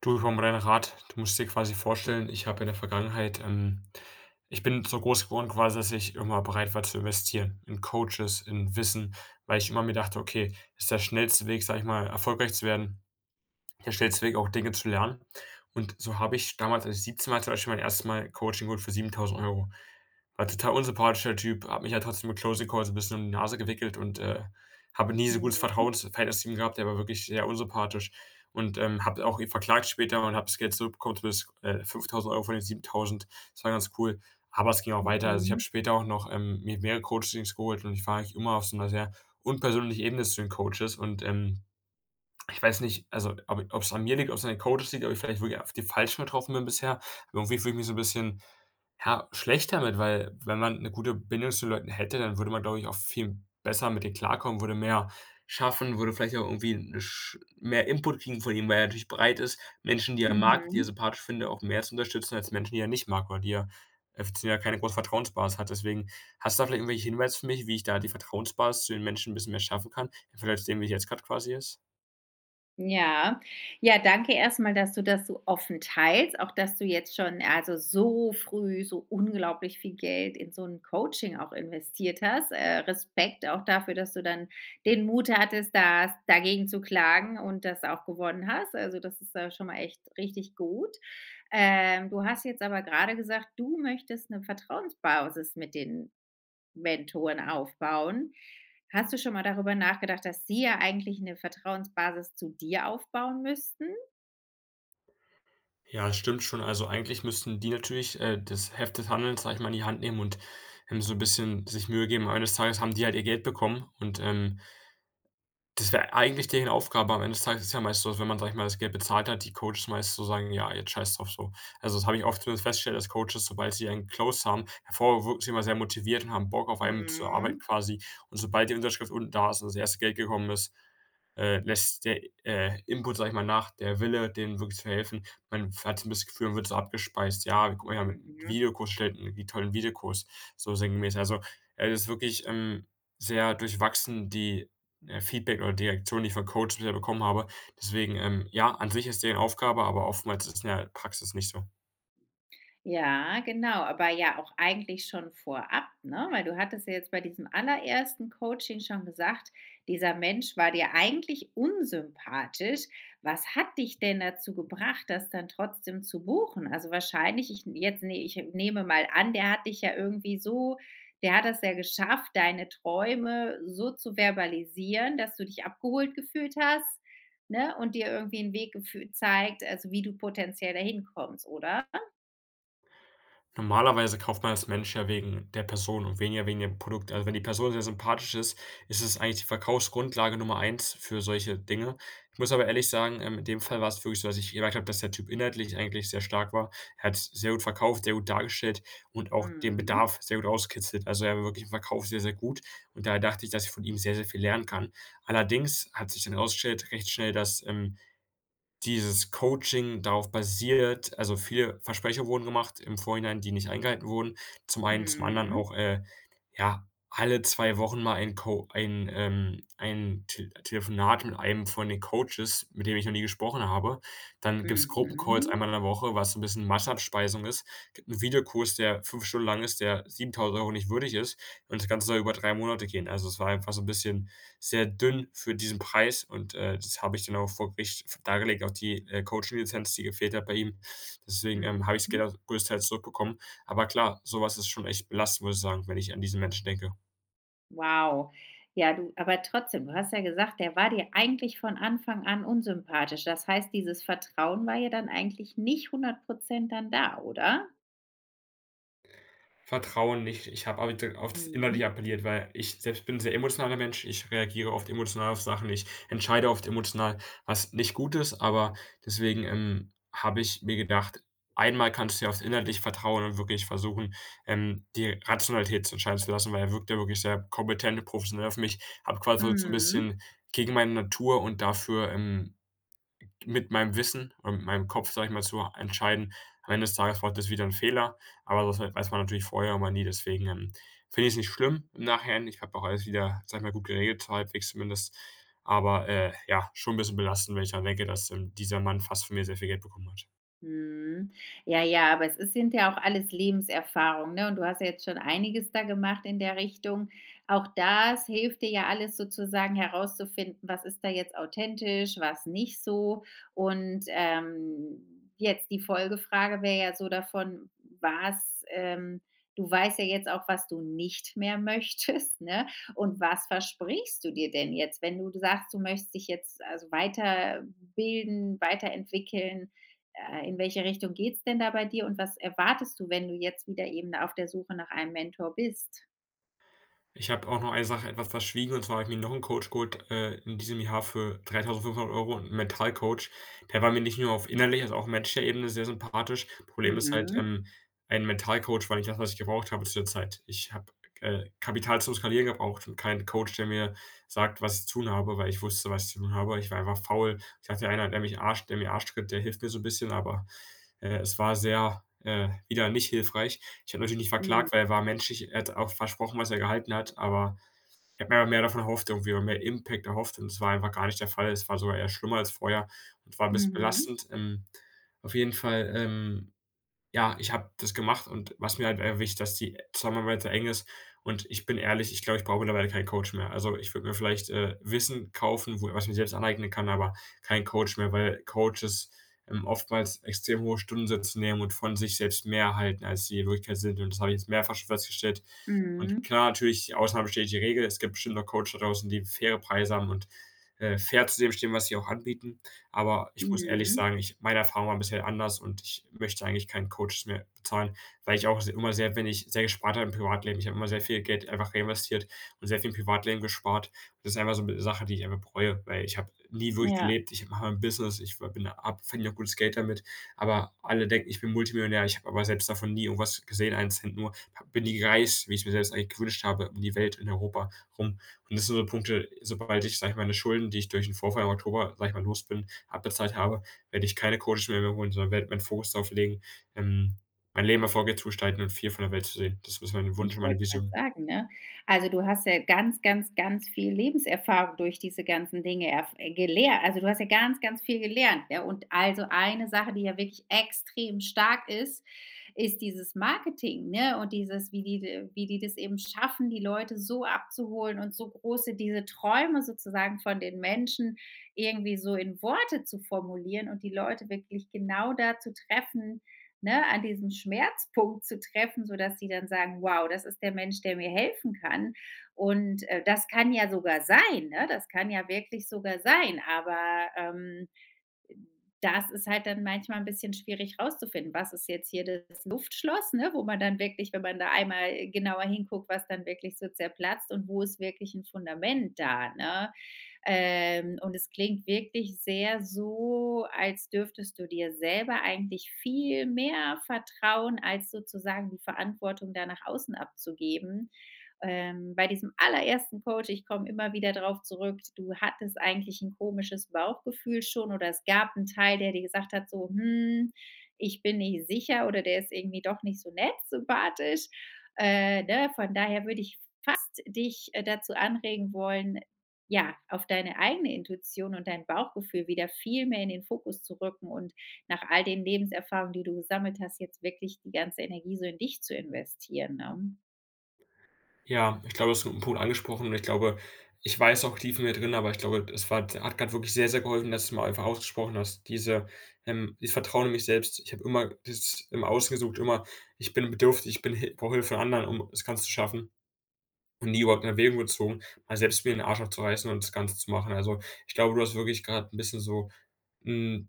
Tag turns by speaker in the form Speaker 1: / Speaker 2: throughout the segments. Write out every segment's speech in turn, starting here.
Speaker 1: Du, vom Rennrad, du musst dir quasi vorstellen, ich habe in der Vergangenheit ich bin so groß geworden quasi, dass ich immer bereit war zu investieren in Coaches, in Wissen, weil ich immer mir dachte: „Okay, das ist der schnellste Weg, sage ich mal, erfolgreich zu werden." ja, stellungsweise auch Dinge zu lernen. Und so habe ich damals, als ich 17 war, zum Beispiel mein erstes Mal Coaching geholt für 7.000 €. War total unsympathischer Typ, habe mich ja trotzdem mit Closing Calls ein bisschen um die Nase gewickelt und, habe nie so gutes
Speaker 2: Mhm,
Speaker 1: Vertrauensverhältnis zu ihm gehabt. Der war wirklich sehr unsympathisch und, habe auch ihn verklagt später und habe das Geld zurückbekommen, zumindest, 5.000 € von den 7.000. Das war ganz cool, aber es ging auch weiter. Also, ich habe
Speaker 2: mhm,
Speaker 1: später auch noch, mir mehrere Coachings geholt und ich war eigentlich immer auf so 'ner sehr unpersönlichen Ebene zu den Coaches und, ich weiß nicht, also, ob es an mir liegt, ob es an den Coaches liegt, ob ich vielleicht wirklich auf die Falschen getroffen bin bisher. Aber irgendwie fühle ich mich so ein bisschen, ja, schlecht damit, weil wenn man eine gute Bindung zu den Leuten hätte, dann würde man, glaube ich, auch viel besser mit denen klarkommen, würde mehr schaffen, würde vielleicht auch irgendwie 'ne sch mehr Input kriegen von ihm, weil er natürlich bereit ist, Menschen, die er mag, die er
Speaker 2: mhm.
Speaker 1: sympathisch findet, auch mehr zu unterstützen als Menschen, die er nicht mag oder die er zu denen er keine große Vertrauensbasis hat. Deswegen, hast du da vielleicht irgendwelche Hinweise für mich, wie ich da die Vertrauensbasis zu den Menschen ein bisschen mehr schaffen kann, im Vergleich zu dem, wie sie jetzt gerade quasi ist?
Speaker 2: Ja. Ja, danke erstmal, dass du das so offen teilst, auch dass du jetzt schon, also, so früh so unglaublich viel Geld in so ein Coaching auch investiert hast. Respekt auch dafür, dass du dann den Mut hattest, das dagegen zu klagen und das auch gewonnen hast. Also, das ist, schon mal echt richtig gut. Du hast jetzt aber gerade gesagt, du möchtest eine Vertrauensbasis mit den Mentoren aufbauen. Hast du schon mal darüber nachgedacht, dass sie ja eigentlich 'ne Vertrauensbasis zu dir aufbauen müssten?
Speaker 1: Ja, stimmt schon. Also, eigentlich müssten die natürlich, das Heft des Handelns, sage ich mal, in die Hand nehmen und, so ein bisschen sich Mühe geben. Eines Tages haben die halt ihr Geld bekommen und, das wäre eigentlich deren Aufgabe am Ende des Tages ist ja meist so, dass wenn man, sage ich mal, das Geld bezahlt hat, die Coaches meist so sagen: „Ja, jetzt scheiß drauf so." Also, das habe ich oft zumindest festgestellt, dass Coaches, sobald sie einen Close haben, hervor wirken sie immer sehr motiviert und haben Bock, auf einem zu arbeiten
Speaker 2: Mhm.
Speaker 1: quasi. Und sobald die Unterschrift unten da ist und das erste Geld gekommen ist, lässt der, Input, sage ich mal, nach, der Wille, denen wirklich zu helfen. Man hat so ein bisschen das Gefühl, man wird so abgespeist: „Ja, guck mal, wir haben 'n
Speaker 2: Mhm.
Speaker 1: Videokurs erstellt, 'n irgendwie tollen Videokurs", so sinngemäß. Also, das ist wirklich, sehr durchwachsen, die Feedback oder die Reaktion, die ich von Coaches bisher bekommen habe. Deswegen, ja, an sich ist deren Aufgabe, aber oftmals ist es in der Praxis nicht so.
Speaker 2: Ja, genau, aber ja auch eigentlich schon vorab, ne? Weil du hattest ja jetzt bei diesem allerersten Coaching schon gesagt, dieser Mensch war dir eigentlich unsympathisch. Was hat dich denn dazu gebracht, das dann trotzdem zu buchen? Also wahrscheinlich, ich jetzt ne ich nehme mal an, der hat das ja geschafft, deine Träume so zu verbalisieren, dass du dich abgeholt gefühlt hast, ne? Und dir irgendwie einen Weg gefü zeigt, also wie du potenziell dahin kommst, oder?
Speaker 1: Normalerweise kauft man als Mensch ja wegen der Person und weniger wegen dem Produkt. Also, wenn die Person sehr sympathisch ist, ist es eigentlich die Verkaufsgrundlage Nummer eins für solche Dinge. Ich muss aber ehrlich sagen, in dem Fall war es wirklich so, dass ich gemerkt habe, dass der Typ inhaltlich eigentlich sehr stark war. Er hat's sehr gut verkauft, sehr gut dargestellt und auch den
Speaker 2: Mhm.
Speaker 1: Bedarf sehr gut auskitzelt. Also, er war wirklich im Verkauf sehr, sehr gut und daher dachte ich, dass ich von ihm sehr, sehr viel lernen kann. Allerdings hat sich dann herausgestellt recht schnell, dass, dieses Coaching darauf basiert also, viele Versprecher wurden gemacht im Vorhinein, die nicht eingehalten wurden, zum einen, zum anderen
Speaker 2: Mhm.
Speaker 1: auch, ja, alle 2 Wochen mal ein Co ein Te Telefonat mit einem von den Coaches, mit dem ich noch nie gesprochen habe. Dann gibt's Gruppencalls
Speaker 2: Mhm.
Speaker 1: einmal in der Woche, was so ein bisschen Massabspeisung ist. Gibt 'n Videokurs, der 5 Stunden lang ist, der 7.000 € nicht würdig ist und das Ganze soll über 3 Monate gehen. Also, es war einfach so ein bisschen sehr dünn für diesen Preis und, das habe ich dann auch vor Gericht dargelegt, auch die, Coaching-Lizenz, die gefehlt hat bei ihm. Deswegen,
Speaker 2: Mhm.
Speaker 1: habe ich's Geld auch größtenteils zurückbekommen. Aber klar, sowas ist schon echt belastend, muss ich sagen, wenn ich an diesen Menschen denke.
Speaker 2: Wow. Ja, du, aber trotzdem, du hast ja gesagt, der war dir eigentlich von Anfang an unsympathisch. Das heißt, dieses Vertrauen war ja dann eigentlich nicht 100% dann da, oder?
Speaker 1: Vertrauen nicht. Ich habe auf das Innerliche
Speaker 2: Mhm.
Speaker 1: appelliert, weil ich selbst bin 'n sehr emotionaler Mensch. Ich reagiere oft emotional auf Sachen. Ich entscheide oft emotional, was nicht gut ist, aber deswegen, habe ich mir gedacht: „Einmal kannst du ja aufs Innerliche vertrauen und wirklich versuchen, die Rationalität zu entscheiden zu lassen", weil er wirkt ja wirklich sehr kompetent professionell auf mich. Habe quasi so ein
Speaker 2: Mhm.
Speaker 1: bisschen gegen meine Natur und dafür, mit meinem Wissen und mit meinem Kopf, sage ich mal, zu entscheiden. Am Ende des Tages war das wieder ein Fehler, aber das weiß man natürlich vorher immer nie. Deswegen, finde ich es nicht schlimm im Nachhinein. Ich habe auch alles wieder, sage ich mal, gut geregelt, halbwegs zumindest. Aber, ja, schon ein bisschen belastend, wenn ich daran denke, dass, dieser Mann fast von mir sehr viel Geld bekommen hat.
Speaker 2: Mhm. Ja, ja, aber es ist sind ja auch alles Lebenserfahrungen, ne? Und du hast ja jetzt schon einiges da gemacht in der Richtung. Auch das hilft dir ja alles sozusagen herauszufinden, was ist da jetzt authentisch, was nicht so. Und jetzt die Folgefrage wäre ja so davon, was, du weißt ja jetzt auch, was du nicht mehr möchtest, ne? Und was versprichst du dir denn jetzt, wenn du sagst, du möchtest dich jetzt also weiterbilden, weiterentwickeln? In welche Richtung geht's denn da bei dir und was erwartest du, wenn du jetzt wieder eben auf der Suche nach einem Mentor bist?
Speaker 1: Ich habe auch noch eine Sache etwas verschwiegen, und zwar habe ich mir noch 'n Coach geholt, in diesem Jahr für 3.500 € 'n Mentalcoach. Der war mir nicht nur auf innerlicher, also auch menschlicher Ebene sehr sympathisch. Problem ist halt,
Speaker 2: Mhm.
Speaker 1: ein Mentalcoach war nicht das, was ich gebraucht habe zu der Zeit. Ich habe, Kapital zum Skalieren gebraucht und keinen Coach, der mir sagt, was ich zu tun habe, weil ich wusste, was ich zu tun habe. Ich war einfach faul. Ich hatte einer, der mir Arschtritt, der hilft mir so 'n bisschen, aber, es war sehr, wieder nicht hilfreich. Ich habe natürlich nicht
Speaker 2: Mhm.
Speaker 1: verklagt, weil er war menschlich, er hat auch versprochen, was er gehalten hat, aber ich habe mir aber mehr davon erhofft irgendwie oder mehr Impact erhofft und es war einfach gar nicht der Fall. Es war sogar eher schlimmer als vorher und war 'n bisschen
Speaker 2: Mhm.
Speaker 1: belastend. Auf jeden Fall, ja, ich habe das gemacht und was mir halt, wichtig dass die Zusammenarbeit sehr eng ist und ich bin ehrlich, ich glaube, ich brauche mittlerweile keinen Coach mehr. Also, ich würde mir vielleicht, Wissen kaufen, wo was ich mir selbst aneignen kann, aber keinen Coach mehr, weil Coaches, oftmals extrem hohe Stundensätze nehmen und von sich selbst mehr halten, als sie in Wirklichkeit sind und das habe ich jetzt mehrfach schon festgestellt. Und
Speaker 2: Mhm.
Speaker 1: klar, natürlich, die Ausnahme bestätigt die Regel. Es gibt bestimmt noch Coaches da draußen, die faire Preise haben und, fair zu dem stehen, was sie auch anbieten. Aber ich muss ehrlich
Speaker 2: Mhm.
Speaker 1: sagen, ich meine Erfahrung war bisher anders und ich möchte eigentlich keinen Coaches mehr bezahlen, weil ich auch se immer sehr wenn ich sehr gespart habe im Privatleben. Ich habe immer sehr viel Geld einfach reinvestiert und sehr viel im Privatleben gespart. Und das ist einfach so eine Sache, die ich einfach bereue, weil ich habe nie wirklich
Speaker 2: Ja.
Speaker 1: gelebt. Ich mache mein Business, ich bin habe verdiene auch gutes Geld damit, aber alle denken, ich bin Multimillionär. Ich habe aber selbst davon nie irgendwas gesehen, einen Cent nur bin ich gereist, wie ich es mir selbst eigentlich gewünscht habe, um die Welt in Europa rum. Und das sind so Punkte, sobald ich, sage ich mal, meine Schulden, die ich durch den Vorfall im Oktober, sage ich mal, los bin, abbezahlt habe, werde ich keine Coaches mehr holen, sondern werde meinen Fokus darauf legen, ähm, mein Leben erfolgreich zu gestalten und viel von der Welt zu sehen. Das ist mein Wunsch und
Speaker 2: Ich
Speaker 1: meine
Speaker 2: wollte gerade
Speaker 1: Vision.
Speaker 2: sagen, ne? Also, du hast ja ganz, ganz, ganz viel Lebenserfahrung durch diese ganzen Dinge erf gelernt. Also, du hast ja ganz, ganz viel gelernt, ja? Und also eine Sache, die ja wirklich extrem stark ist, ist dieses Marketing, ne? Und dieses, wie die das eben schaffen, die Leute so abzuholen und so große diese Träume sozusagen von den Menschen irgendwie so in Worte zu formulieren und die Leute wirklich genau da zu treffen, ne, an diesem Schmerzpunkt zu treffen, sodass sie dann sagen: „Wow, das ist der Mensch, der mir helfen kann.“ Und, das kann ja sogar sein, ne? Das kann ja wirklich sogar sein, aber, das ist halt dann manchmal ein bisschen schwierig rauszufinden. Was ist jetzt hier das Luftschloss, ne, wo man dann wirklich, wenn man da einmal genauer hinguckt, was dann wirklich so zerplatzt und wo ist wirklich ein Fundament da, ne? Und es klingt wirklich sehr so, als dürftest du dir selber eigentlich viel mehr vertrauen, als sozusagen die Verantwortung da nach außen abzugeben, bei diesem allerersten Coach, ich komme immer wieder drauf zurück, du hattest eigentlich ein komisches Bauchgefühl schon oder es gab einen Teil, der dir gesagt hat, so, ich bin nicht sicher oder der ist irgendwie doch nicht so nett, sympathisch. Ne? Von daher würde ich fast dich dazu anregen wollen, ja, auf deine eigene Intuition und dein Bauchgefühl wieder viel mehr in den Fokus zu rücken und nach all den Lebenserfahrungen, die du gesammelt hast, jetzt wirklich die ganze Energie so in dich zu investieren. Ne?
Speaker 1: Ja, ich glaube, du hast 'n guten Punkt angesprochen und ich glaube, ich weiß auch tief in mir drin, aber ich glaube, es war hat grad wirklich sehr, sehr geholfen, dass du's mal einfach ausgesprochen hast. Diese, dieses Vertrauen in mich selbst. Ich habe immer das im Außen gesucht, immer: „Ich bin bedürftig, ich bin hi brauche Hilfe von anderen, um das Ganze zu schaffen." Und nie überhaupt in Erwägung gezogen, mal selbst mir 'n Arsch aufzureißen und das Ganze zu machen. Also, ich glaube, du hast wirklich grad 'n bisschen so, hm,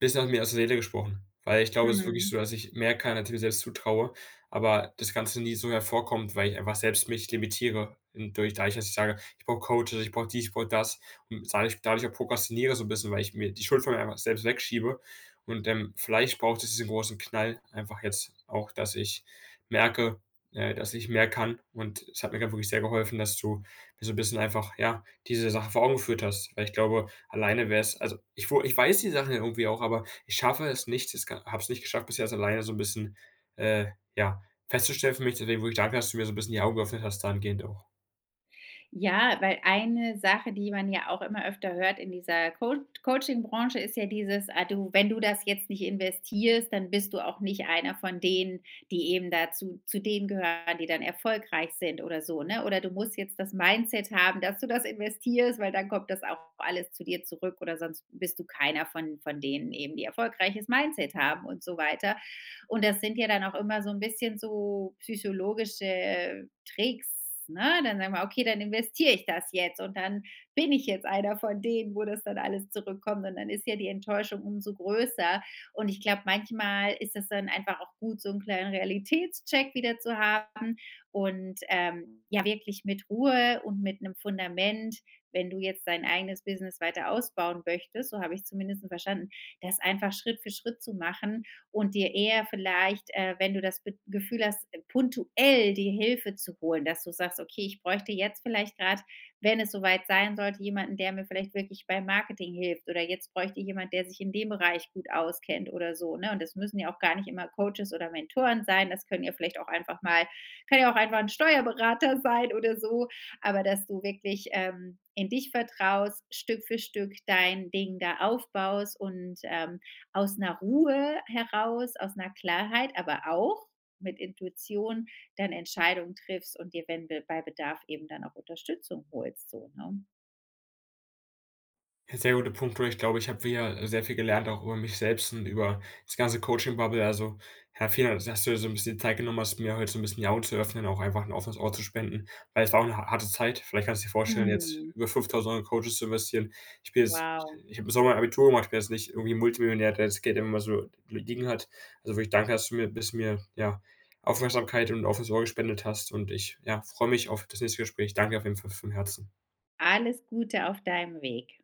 Speaker 1: bisschen habe mir aus der Seele gesprochen, weil ich glaube, es ist wirklich so,
Speaker 2: Mhm.
Speaker 1: dass ich mehr kann, als ich mir selbst zutraue, aber das Ganze nie so hervorkommt, weil ich einfach selbst mich limitiere in durch dadurch, dass ich sage: „Ich brauche Coaches, ich brauche dies, ich brauche das." Und dadurch auch prokrastiniere so ein bisschen, weil ich mir die Schuld von mir einfach selbst wegschiebe und, vielleicht braucht es diesen großen Knall einfach jetzt auch, dass ich merke, dass ich mehr kann und es hat mir grad wirklich sehr geholfen, dass du mir so ein bisschen einfach, ja, diese Sache vor Augen geführt hast, weil ich glaube, alleine wäre es also, ich wo ich weiß die Sachen ja irgendwie auch, aber ich schaffe es nicht, ich habe es nicht geschafft, bisher das alleine so ein bisschen, äh, ja, festzustellen für mich. Deswegen wo ich danke, dass du mir so ein bisschen die Augen geöffnet hast dahingehend auch.
Speaker 2: Ja, weil eine Sache, die man ja auch immer öfter hört in dieser Co Coaching-Branche, ist ja dieses, ah, du, wenn du das jetzt nicht investierst, dann bist du auch nicht einer von denen, die eben dazu zu denen gehören, die dann erfolgreich sind oder so, ne? Oder du musst jetzt das Mindset haben, dass du das investierst, weil dann kommt das auch alles zu dir zurück oder sonst bist du keiner von denen eben, die erfolgreiches Mindset haben und so weiter. Und das sind ja dann auch immer so ein bisschen so psychologische Tricks, ne? Dann sagen wir: „Okay, dann investiere ich das jetzt und dann bin ich jetzt einer von denen, wo das dann alles zurückkommt.“ Und dann ist ja die Enttäuschung umso größer. Und ich glaube, manchmal ist das dann einfach auch gut, so einen kleinen Realitätscheck wieder zu haben und, ja, wirklich mit Ruhe und mit einem Fundament, wenn du jetzt dein eigenes Business weiter ausbauen möchtest, so habe ich zumindest verstanden, das einfach Schritt für Schritt zu machen und dir eher vielleicht, wenn du das Be Gefühl hast, punktuell die Hilfe zu holen, dass du sagst, okay, ich bräuchte jetzt vielleicht gerade, wenn es soweit sein sollte, jemanden, der mir vielleicht wirklich beim Marketing hilft oder jetzt bräuchte ich jemand, der sich in dem Bereich gut auskennt oder so. Ne? Und das müssen ja auch gar nicht immer Coaches oder Mentoren sein. Das können ja vielleicht auch einfach mal, kann ja auch einfach ein Steuerberater sein oder so. Aber dass du wirklich in dich vertraust, Stück für Stück dein Ding da aufbaust und aus einer Ruhe heraus, aus einer Klarheit, aber auch mit Intuition dann Entscheidungen triffst und dir, wenn be bei Bedarf eben dann auch Unterstützung holst so, ne?
Speaker 1: Ja, sehr gute Punkte. Ich glaube, ich habe wieder sehr viel gelernt, auch über mich selbst und über das ganze Coaching-Bubble. Also, ja, vielen Dank, dass du dir so ein bisschen die Zeit genommen hast, mir heute so ein bisschen die Augen zu öffnen, auch einfach ein offenes Ohr zu spenden, weil es war auch eine harte Zeit. Vielleicht kannst du dir vorstellen, jetzt
Speaker 2: Mhm.
Speaker 1: über 5.000 € in Coaches zu investieren. Ich bin jetzt
Speaker 2: Wow.
Speaker 1: ich habe im Sommer ein Abitur gemacht, ich bin jetzt nicht irgendwie Multimillionär, der das Geld immer mal so liegen hat. Also, wirklich danke, dass du mir, ja, Aufmerksamkeit und ein offenes Ohr gespendet hast und ich, ja, freue mich auf das nächste Gespräch. Danke auf jeden Fall vom Herzen.
Speaker 2: Alles Gute auf deinem Weg.